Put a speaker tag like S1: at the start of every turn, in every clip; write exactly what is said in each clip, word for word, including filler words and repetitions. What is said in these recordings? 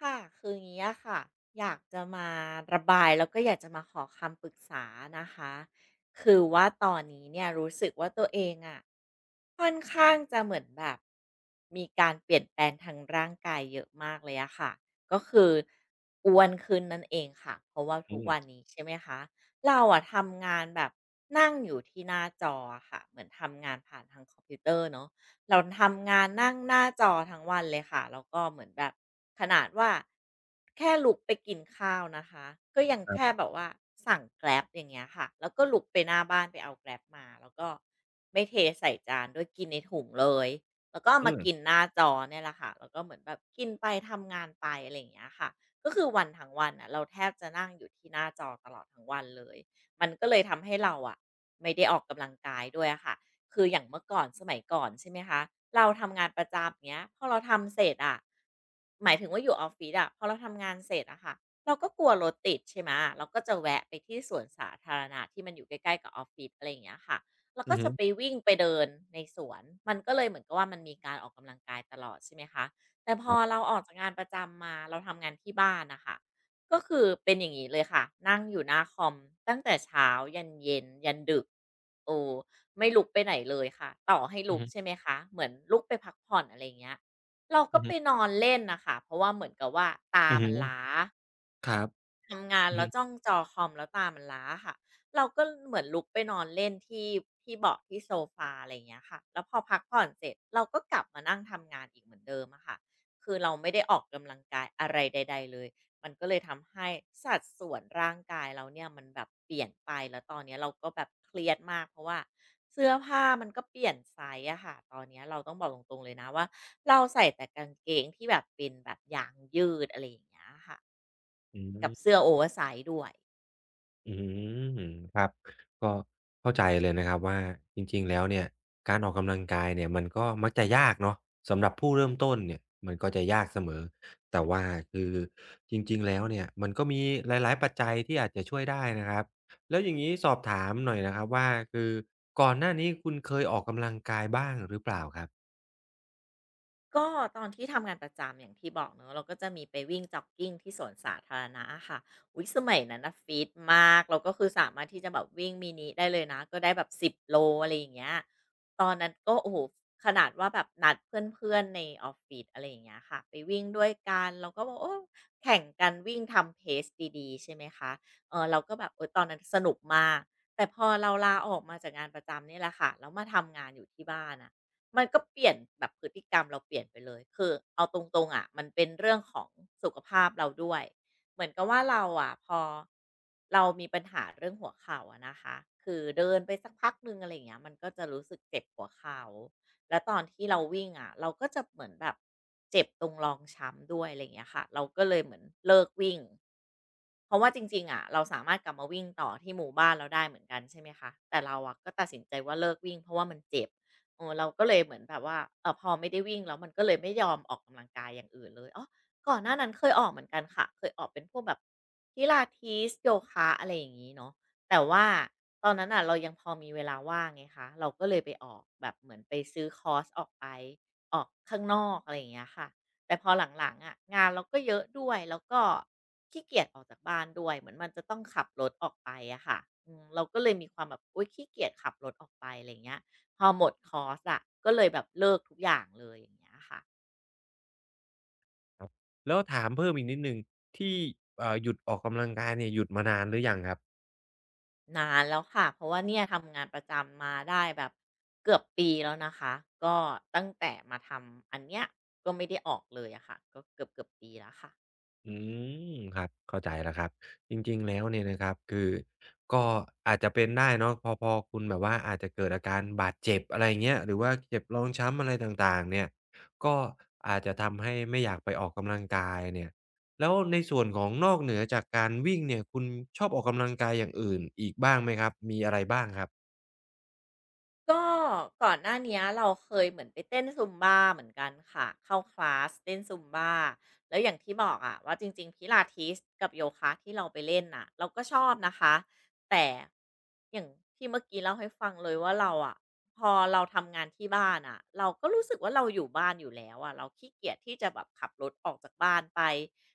S1: ค่ะคืออย่างนี้อะค่ะอยากจะมาระบายแล้วก็อยากจะมาขอคำปรึกษานะคะคือว่าตอนนี้เนี่ยรู้สึกว่าตัวเองอะค่อนข้างจะเหมือนแบบมีการเปลี่ยนแปลงทางร่างกายเยอะมากเลยอะค่ะก็คืออ้วนขึ้นนั่นเองค่ะเพราะว่า
S2: อื
S1: ทุกวั
S2: ม
S1: นนี้ใช่ไหมคะเราอะทำงานแบบนั่งอยู่ที่หน้าจออะค่ะเหมือนทำงานผ่านทางคอมพิวเตอร์เนอะ เราทำงานนั่งหน้าจอทั้งวันเลยค่ะแล้วก็เหมือนแบบขนาดว่าแค่ลุกไปกินข้าวนะคะก็ยัง
S2: ครั
S1: แค่
S2: บ
S1: แบบว่าสั่ง g r a บอย่างเงี้ยค่ะแล้วก็ลุกไปหน้าบ้านไปเอา g r a บมาแล้วก็ไม่เทใส่จานด้วยกินในถุงเลยแล้วก็เอา
S2: อื
S1: มากิ
S2: ม
S1: นหน้าจอเนี่ยแหละค่ะแล้วก็เหมือนแบบกินไปทำงานไปอะไรอย่างเงี้ยค่ะก็คือวันทั้งวันอ่ะเราแทบจะนั่งอยู่ที่หน้าจอตลอดทั้งวันเลยมันก็เลยทำให้เราอะไม่ได้ออกกำลังกายด้วยอะค่ะ คืออย่างเมื่อก่อนสมัยก่อนใช่ไหมคะเราทำงานประจำเนี้ยพอเราทำเสร็จอะหมายถึงว่าอยู่ออฟฟิศอะพอเราทำงานเสร็จอะค่ะเราก็กลัวรถติดใช่ไหมเราก็จะแวะไปที่สวนสาธารณะที่มันอยู่ใกล้ๆกับออฟฟิศอะไรอย่างเงี้ยค่ะเรา
S2: อื
S1: ก็
S2: อฮึ
S1: จะไปวิ่งไปเดินในสวนมันก็เลยเหมือนกับว่ามันมีการออกกำลังกายตลอดใช่ไหมคะแต่พ
S2: ค
S1: อ
S2: รับ
S1: เราออกจากงานประจำมาเราทำงานที่บ้านนะคะก็คือเป็นอย่างนี้เลยค่ะนั่งอยู่หน้าคอมตั้งแต่เช้ายันเย็นยันดึก เออไม่ลุกไปไหนเลยค่ะต่อให้
S2: อื
S1: ลุ
S2: อ
S1: ก
S2: ฮึ
S1: ใช่ไหมคะเหมือนลุกไปพักผ่อนอะไรเงี้ยเราก็
S2: อือ
S1: ไป
S2: ฮึ
S1: นอนเล่นนะคะเพราะว่าเหมือนกับว่าตา
S2: อือ
S1: มั
S2: ฮึ
S1: นล้า
S2: ครับ
S1: ทำงาน
S2: อือ
S1: แล้วจ้อ
S2: ฮึ
S1: งจอคอมแล้วตามันล้าค่ะเราก็เหมือนลุกไปนอนเล่นที่ที่เบาะที่โซฟาอะไรอย่างเงี้ยค่ะแล้วพอพักผ่อนเสร็จเราก็กลับมานั่งทำงานอีกเหมือนเดิมอะค่ะคือเราไม่ได้ออกกำลังกายอะไรใดๆเลยมันก็เลยทำให้สัดส่วนร่างกายเราเนี่ยมันแบบเปลี่ยนไปแล้วตอนเนี้ยเราก็แบบเครียดมากเพราะว่าเสื้อผ้ามันก็เปลี่ยนไซส์อะค่ะตอนเนี้ยเราต้องบอกตรงๆเลยนะว่าเราใส่แต่กางเกงที่แบบเป็นแบบยางยืดอะไรอย่างเงี้ยค่ะ
S2: อื
S1: กับ
S2: ม
S1: เสื้อโอเวอร์ไซซ์ด้วย
S2: อื้อฮือครับก็เข้าใจเลยนะครับว่าจริงๆแล้วเนี่ยการออกกำลังกายเนี่ยมันก็มักจะยากเนาะสำหรับผู้เริ่มต้นเนี่ยมันก็จะยากเสมอแต่ว่าคือจริงๆแล้วเนี่ยมันก็มีหลายๆปัจจัยที่อาจจะช่วยได้นะครับแล้วอย่างงี้สอบถามหน่อยนะครับว่าคือก่อนหน้านี้คุณเคยออกกำลังกายบ้างหรือเปล่าครับ
S1: ก็ตอนที่ทำงานประจำอย่างที่บอกเนอะเราก็จะมีไปวิ่งจ็อกกิงที่สวนสาธารณะอะค่ะอุ๊ยสมัยนั้นน่ะฟิตมากเราก็คือสามารถที่จะแบบวิ่งมินิได้เลยนะก็ได้แบบสิบโลอะไรอย่างเงี้ยตอนนั้นก็โอ้โหขนาดว่าแบบนัดเพื่อนๆในออฟฟิศอะไรอย่างเงี้ยค่ะไปวิ่งด้วยกันเราก็บอกโอ้แข่งกันวิ่งทำ p พ c e ดีๆใช่ไหมคะเออเราก็แบบโอ้ยตอนนั้นสนุกมากแต่พอเราลาออกมาจากงานประจำเนี่แหละค่ะแล้วมาทำงานอยู่ที่บ้านอะ มันก็เปลี่ยนแบบพฤติกรรมเราเปลี่ยนไปเลยคือเอาตรงๆอะมันเป็นเรื่องของสุขภาพเราด้วยเหมือนกับว่าเราอะพอเรามีปัญหาเรื่องหัวเข่าอะนะคะคือเดินไปสักพักนึงอะไรอย่างเงี้ยมันก็จะรู้สึกเจ็บหัวเข่าแล้วตอนที่เราวิ่งอะเราก็จะเหมือนแบบเจ็บตรงรองช้ำด้วยอะไรอย่างเงี้ยค่ะเราก็เลยเหมือนเลิกวิ่งเพราะว่าจริงๆอะเราสามารถกลับมาวิ่งต่อที่หมู่บ้านเราได้เหมือนกันใช่ไหมคะแต่เราอะก็ตัดสินใจว่าเลิกวิ่งเพราะว่ามันเจ็บ เออเราก็เลยเหมือนแบบว่าเออพอไม่ได้วิ่งแล้วมันก็เลยไม่ยอมออกกำลังกายอย่างอื่นเลยอ๋อก่อนหน้านั้นเคยออกเหมือนกันค่ะเคยออกเป็นพวกแบบ p ิลาทีสโยคะอะไรอย่างนี้เนาะแต่ว่าตอนนั้นอ่ะเรายังพอมีเวลาว่างไงคะเราก็เลยไปออกแบบเหมือนไปซื้อคอร์สออกไปออกข้างนอกอะไรอย่างเงี้ยค่ะแต่พอหลังๆอะงานเราก็เยอะด้วยแล้วก็ขี้เกียจออกจากบ้านด้วยเหมือนมันจะต้องขับรถออกไปอะค่ะอืมเราก็เลยมีความแบบอุยขี้เกียจขับรถออกไปอะไรอย่างเงี้ย พอหมดคอร์สอะก็เลยแบบเลิกทุกอย่างเลยอย่างเงี้ยค่ะ
S2: ครับแล้วถามเพิ่มอีกนิดหนึ่งที่เอ่อหยุดออกกำลังกายเนี่ยหยุดมานานหรือยังครับ
S1: นานแล้วค่ะเพราะว่าเนี่ยทำงานประจำมาได้แบบเกือบปีแล้วนะคะก็ตั้งแต่มาทำอันเนี้ยก็ไม่ได้ออกเลยอะค่ะก็เกือบเกือบปีแล้วค่ะ
S2: อืมครับเข้าใจแล้วครับจริงๆแล้วเนี่ยนะครับคือก็อาจจะเป็นได้เนาะพอพอคุณแบบว่าอาจจะเกิดอาการบาดเจ็บอะไรอย่างเงี้ยหรือว่าเจ็บรองช้ำอะไรต่างๆเนี่ยก็อาจจะทำให้ไม่อยากไปออกกำลังกายเนี่ยแล้วในส่วนของนอกเหนือจากการวิ่งเนี่ยคุณชอบออกกำลังกายอย่างอื่นอีกบ้างไหมครับมีอะไรบ้างครับ
S1: ก็ก่อนหน้าเนี้ยเราเคยเหมือนไปเต้นซุมบ้าเหมือนกันค่ะเข้าคลาสเต้นซุมบ้าแล้วอย่างที่บอกอะว่าจริงๆ p i ล a ทิ s กับโยคะที่เราไปเล่นน่ะเราก็ชอบนะคะแต่อย่างที่เมื่อกี้เล่าให้ฟังเลยว่าเราอะพอเราทำงานที่บ้านอะเราก็รู้สึกว่าเราอยู่บ้านอยู่แล้วอะเราขี้เกียจที่จะแบบขับรถออกจากบ้านไป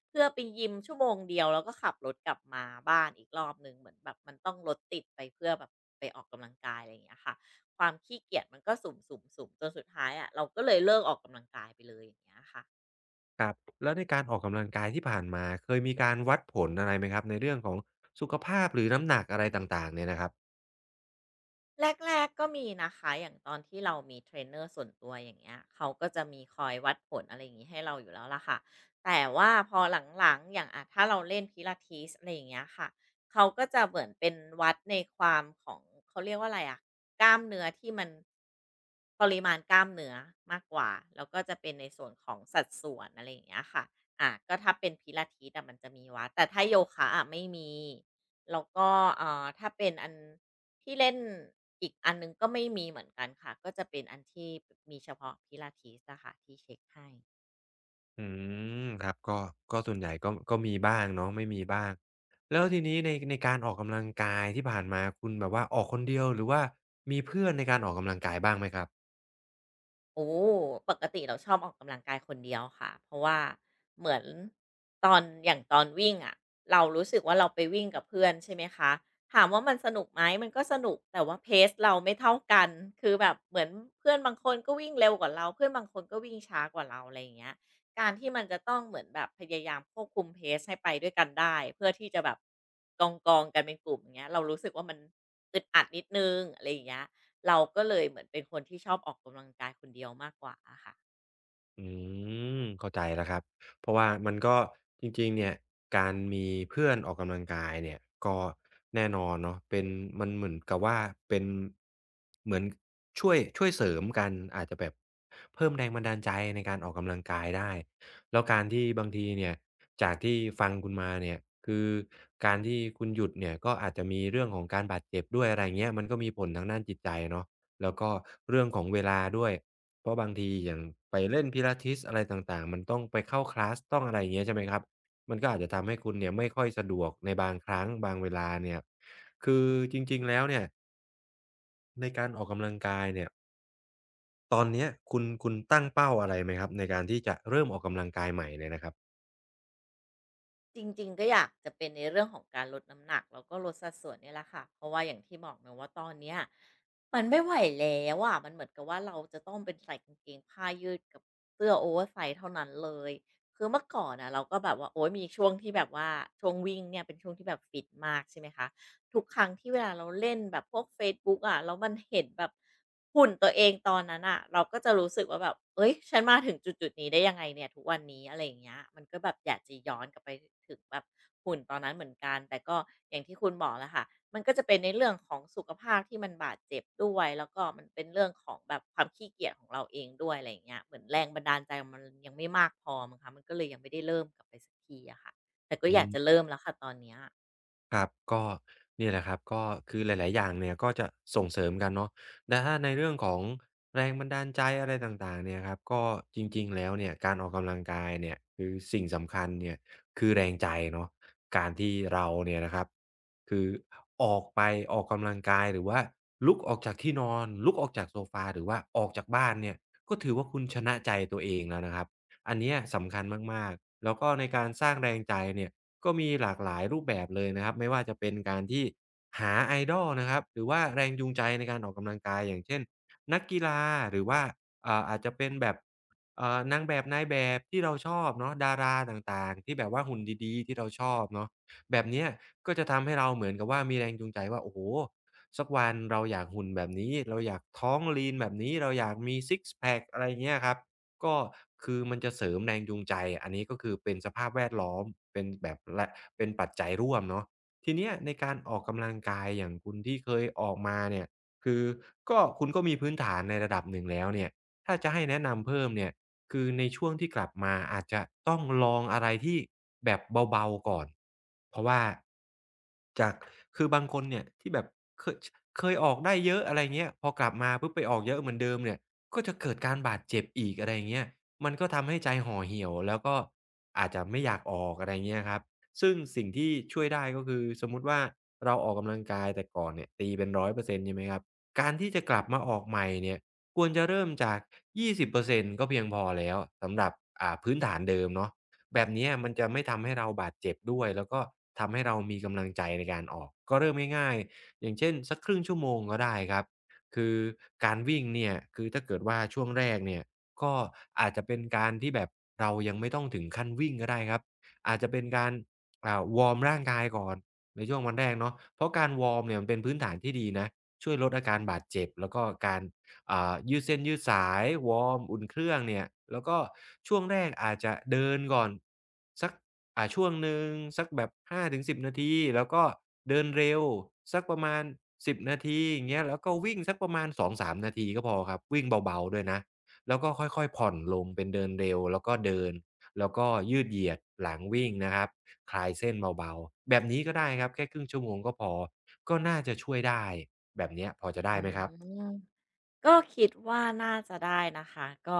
S1: เพื่อไปยิมชั่วโมงเดียวแล้วก็ขับรถกลับมาบ้านอีกรอบนึงเหมือนแบบมันต้องรถติดไปเพื่อแบบไปออกกำลังกายอะไรอย่างเงี้ยค่ะ ความขี้เกียจมันก็สุ่มๆๆจนสุดท้ายอะะเราก็เลยเลิกออกกำลังกายไปเลยอย่างเงี้ยค่ะ
S2: ครับแล้วในการออกกำลังกายที่ผ่านมาเคยมีการวัดผลอะไรไหมครับในเรื่องของสุขภาพหรือน้ำหนักอะไรต่างๆเนี่ยนะครับ
S1: แรกๆก็มีนะคะอย่างตอนที่เรามีเทรนเนอร์ส่วนตัวอย่างเงี้ยเขาก็จะมีคอยวัดผลอะไรอย่างงี้ให้เราอยู่แล้วล่ะค่ะแต่ว่าพอหลังๆอย่างอ่าถ้าเราเล่น Pilates อะไรอย่างเงี้ยค่ะเขาก็จะเหมือนเป็นวัดในความของเขาเรียกว่าอะไรอะกล้ามเนื้อที่มันปริมาณกล้ามเนื้อมากกว่าแล้วก็จะเป็นในส่วนของสัดส่วนอะไรอย่างเงี้ยค่ะอ่าก็ถ้าเป็น Pilates อะมันจะมีวัดแต่ถ้าโยคะอะไม่มี แล้วก็เอ่าถ้าเป็นอันที่เล่นอีกอันหนึ่งก็ไม่มีเหมือนกันค่ะก็จะเป็นอันที่มีเฉพาะพิลาทิสอะค่ะที่เช็คให้
S2: อืมครับก็ก็ส่วนใหญ่ก็ก็มีบ้างเนาะไม่มีบ้างแล้วทีนี้ในในการออกกำลังกายที่ผ่านมาคุณแบบว่าออกคนเดียวหรือว่ามีเพื่อนในการออกกำลังกายบ้างไหมครับ
S1: โอ้ปกติเราชอบออกกำลังกายคนเดียวค่ะเพราะว่าเหมือนตอนอย่างตอนวิ่งอะะเรารู้สึกว่าเราไปวิ่งกับเพื่อนใช่ไหมคะถามว่ามันสนุกไหมมันก็สนุกแต่ว่าเพสเราไม่เท่ากันคือแบบเหมือนเพื่อนบางคนก็วิ่งเร็วกว่าเราเพื่อนบางคนก็วิ่งช้ากว่าเราอะไรอย่างเงี้ยการที่มันจะต้องเหมือนแบบพยายามควบคุมเพสให้ไปด้วยกันได้เพื่อที่จะแบบกองกองกันเป็นกลุ่มอย่างเงี้ยเรารู้สึกว่ามันอึดอัดนิดนึงอะไรอย่างเงี้ย เราก็เลยเหมือนเป็นคนที่ชอบออกกำลังกายคนเดียวมากกว่าอะค่ะ
S2: อืมเข้าใจแล้วครับเพราะว่ามันก็จริงๆเนี่ยการมีเพื่อนออกกำลังกายเนี่ยก็แน่นอนเนาะเป็นมันเหมือนกับว่าเป็นเหมือนช่วยช่วยเสริมกันอาจจะแบบเพิ่มแรงบันดาลใจในการออกกำลังกายได้แล้วการที่บางทีเนี่ยจากที่ฟังคุณมาเนี่ยคือการที่คุณหยุดเนี่ยก็อาจจะมีเรื่องของการบาดเจ็บด้วยอะไรอย่างเงี้ยมันก็มีผลทางด้านจิตใจเนาะแล้วก็เรื่องของเวลาด้วย เพราะบางทีอย่างไปเล่น p i ล a t ิ s อะไรต่างๆมันต้องไปเข้าคลาสต้องอะไรอย่างเงี้ยใช่ไหมครับมันก็อาจจะทำให้คุณเนี่ยไม่ค่อยสะดวกในบางครั้งบางเวลาเนี่ยคือจริงๆแล้วเนี่ยในการออกกำลังกายเนี่ยตอนเนี้ยคุณคุณตั้งเป้าอะไรไหมครับในการที่จะเริ่มออกกำลังกายใหม่เนี่ยนะครับ
S1: จริงๆก็อยากจะเป็นในเรื่องของการลดน้ำหนักแล้วก็ลดสัดส่วนเนี่ยแหละค่ะเพราะว่าอย่างที่บอกเนาะว่าตอนเนี้ยมันไม่ไหวแล้วอะมันเหมือนกับว่าเราจะต้องเป็นใส่กางเกงผ้ายืดกับเสื้อโอเวอร์ไซส์เท่านั้นเลยคือเมื่อก่อนนะเราก็แบบว่าโอ้ยมีช่วงที่แบบว่าช่วงวิ่งเนี่ยเป็นช่วงที่แบบฟิตมากใช่ไหมคะ ทุกครั้งที่เวลาเราเล่นแบบพวกเฟซบุ๊กอะแล้วมันเห็นแบบหุ่นตัวเองตอนนั้นน่ะเราก็จะรู้สึกว่าแบบเฮ้ยฉันมาถึงจุดๆนี้ได้ยังไงเนี่ยทุกวันนี้อะไรอย่างเงี้ยมันก็แบบอยากจะย้อนกลับไปถึงแบบหุ่นตอนนั้นเหมือนกันแต่ก็อย่างที่คุณบอกแหละค่ะมันก็จะเป็นในเรื่องของสุขภาพที่มันบาดเจ็บด้วยแล้วก็มันเป็นเรื่องของแบบความขี้เกียจของเราเองด้วยอะไรอย่างเงี้ยเหมือนแรงบันดาลใจมันยังไม่มากพอมั้งคะมันก็เลยยังไม่ได้เริ่มกลับไปสักทีอะค่ะแต่ก็
S2: อื
S1: อยากจะ
S2: ม
S1: เริ่มแล้วค่ะตอนเนี้ย
S2: ครับก็เนี่ยแหละครับก็คือหลายๆอย่างเนี่ยก็จะส่งเสริมกันเนาะแต่ถ้าในเรื่องของแรงบันดาลใจอะไรต่างๆเนี่ยครับก็จริงๆแล้วเนี่ยการออกกำลังกายเนี่ยคือสิ่งสำคัญเนี่ยคือแรงใจเนาะการที่เราเนี่ยนะครับคือออกไปออกกำลังกายหรือว่าลุกออกจากที่นอนลุกออกจากโซฟาหรือว่าออกจากบ้านเนี่ยก็ถือว่าคุณชนะใจตัวเองแล้วนะครับอันเนี้ยสำคัญมากๆแล้วก็ในการสร้างแรงใจเนี่ย ก็มีหลากหลายรูปแบบเลยนะครับไม่ว่าจะเป็นการที่หาไอดอลนะครับหรือว่าแรงจูงใจในการออกกำลังกายอย่างเช่นนักกีฬาหรือว่าเอ่าอาจจะเป็นแบบเอ่อนางแบบนายแบบที่เราชอบเนาะดาราต่างๆที่แบบว่าหุ่นดีๆที่เราชอบเนาะแบบเนี้ยก็จะทำให้เราเหมือนกับว่ามีแรงจูงใจว่าโอ้โฮสักวันเราอยากหุ่นแบบนี้เราอยากท้องลีนแบบนี้เราอยากมีซิก์แพกอะไรเงี้ยครับ ก็คือมันจะเสริมแรงจูงใจอันนี้ก็คือเป็นสภาพแวดล้อมเป็นแบบและเป็นปัจจัยร่วมเนาะทีเนี้ยในการออกกำลังกายอย่างคุณที่เคยออกมาเนี่ยคือก็คุณก็มีพื้นฐานในระดับหนึ่งแล้วเนี่ยถ้าจะให้แนะนำเพิ่มเนี่ยคือในช่วงที่กลับมาอาจจะต้องลองอะไรที่แบบเบาๆก่อนเพราะว่าจากคือบางคนเนี่ยที่แบบเคยชเคยออกได้เยอะอะไรเงี้ยพอกลับมาปุ๊บไปออกเยอะเหมือนเดิมเนี่ย ก็จะเกิดการบาดเจ็บอีกอะไรอย่างเงี้ยมันก็ทำให้ใจห่อเหี่ยวแล้วก็อาจจะไม่อยากออกอะไรเงี้ยครับซึ่งสิ่งที่ช่วยได้ก็คือสมมุติว่าเราออกกำลังกายแต่ก่อนเนี่ยตีเป็นร้อยเปอร์เซ็นต์ใช่ไหมครับการที่จะกลับมาออกใหม่เนี่ยควรจะเริ่มจากยี่สิบเปอร์เซ็นต์ก็เพียงพอแล้วสำหรับอ่าพื้นฐานเดิมเนาะแบบเนี้ยมันจะไม่ทำให้เราบาดเจ็บด้วยแล้วก็ทำให้เรามีกำลังใจในการออกก็เริ่มง่ายๆอย่างเช่นสักครึ่งชั่วโมงก็ได้ครับ คือการวิ่งเนี่ยคือถ้าเกิดว่าช่วงแรกเนี่ยก็อาจจะเป็นการที่แบบเรายังไม่ต้องถึงขั้นวิ่งก็ได้ครับอาจจะเป็นการอ่าวอร์มร่างกายก่อนในช่วงวันแรกเนาะเพราะการวอร์มเนี่ยมันเป็นพื้นฐานที่ดีนะช่วยลดอาการบาดเจ็บแล้วก็การ อ่ายืดเส้นยืดสายวอร์มอุ่นเครื่องเนี่ยแล้วก็ช่วงแรกอาจจะเดินก่อนสักอ่าช่วงหนึ่งสักแบบห้าถึงสหนึ่ง ศูนย์นาทีแล้วก็เดินเร็วสักประมาณสิศูนย์นาทีอย่างเงี้ยแล้วก็วิ่งสักประมาณสองสาสามนาทีก็พอครับวิ่งเบาๆด้วยนะแล้วก็ค่อยๆผ่อนลงเป็นเดินเร็วแล้วก็เดินแล้วก็ยืดเหยียดหลังวิ่งนะครับคลายเส้นเบาๆแบบนี้ก็ได้ครับแค่ครึ่งชั่วโมงก็พอก็น่าจะช่วยได้แบบเนี้ยพอจะได้
S1: อื
S2: ไหมครับ
S1: ม ก็คิดว่าน่าจะได้นะคะก็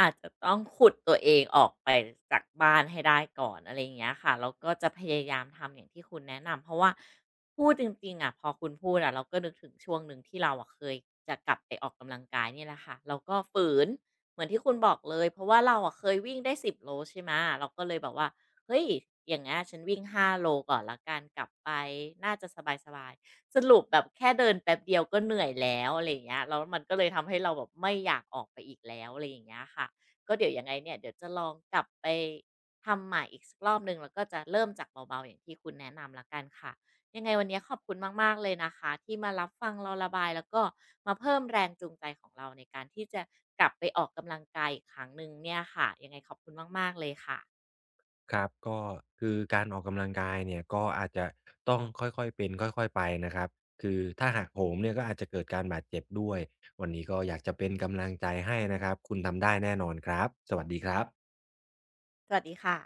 S1: อาจจะต้องขุดตัวเองออกไปจากบ้านให้ได้ก่อนอะไรอย่างเงี้ยค่ะแล้วก็จะพยายามทำอย่างที่คุณแนะนำเพราะว่าพูดจริงๆอะพอคุณพูดอะเราก็นึกถึงช่วงหนึ่งที่เราอะเคยจะกลับไปออกกำลังกายเนี่ยแหละค่ะเราก็ฝืนเหมือนที่คุณบอกเลยเพราะว่าเราอะเคยวิ่งได้สิบโลใช่ไหมเราก็เลยแบบว่าเฮ้ยอย่างเงี้ยฉันวิ่งห้าโลก่อนล้กันกลับไปน่าจะสบายๆ สรุปแบบแค่เดินแป๊บเดียวก็เหนื่อยแล้วอะไรอย่างเงี้ยแล้วมันก็เลยทำให้เราแบบไม่อยากออกไปอีกแล้วอะไรอย่างเงี้ยค่ะก็เดี๋ยวยังไงเนี่ยเดี๋ยวจะลองกลับไปทำใหม่อีกสักรอบหนึ่งแล้วก็จะเริ่มจากเบาๆอย่างที่คุณแนะนำล้วกันค่ะยังไงวันนี้ขอบคุณมากๆเลยนะคะที่มารับฟังเราระบายแล้วก็มาเพิ่มแรงจูงใจของเราในการที่จะกลับไปออกกำลังกายอีกครั้งหนึ่งเนี่ยค่ะยังไงขอบคุณมากๆเลยค่ะ
S2: ครับก็คือการออกกำลังกายเนี่ยก็อาจจะต้องค่อยๆเป็นค่อยๆไปนะครับคือถ้าหักโหมเนี่ยก็อาจจะเกิดการบาดเจ็บด้วยวันนี้ก็อยากจะเป็นกำลังใจให้นะครับคุณทำได้แน่นอนครับสวัสดีครับ
S1: สวัสดีค่ะ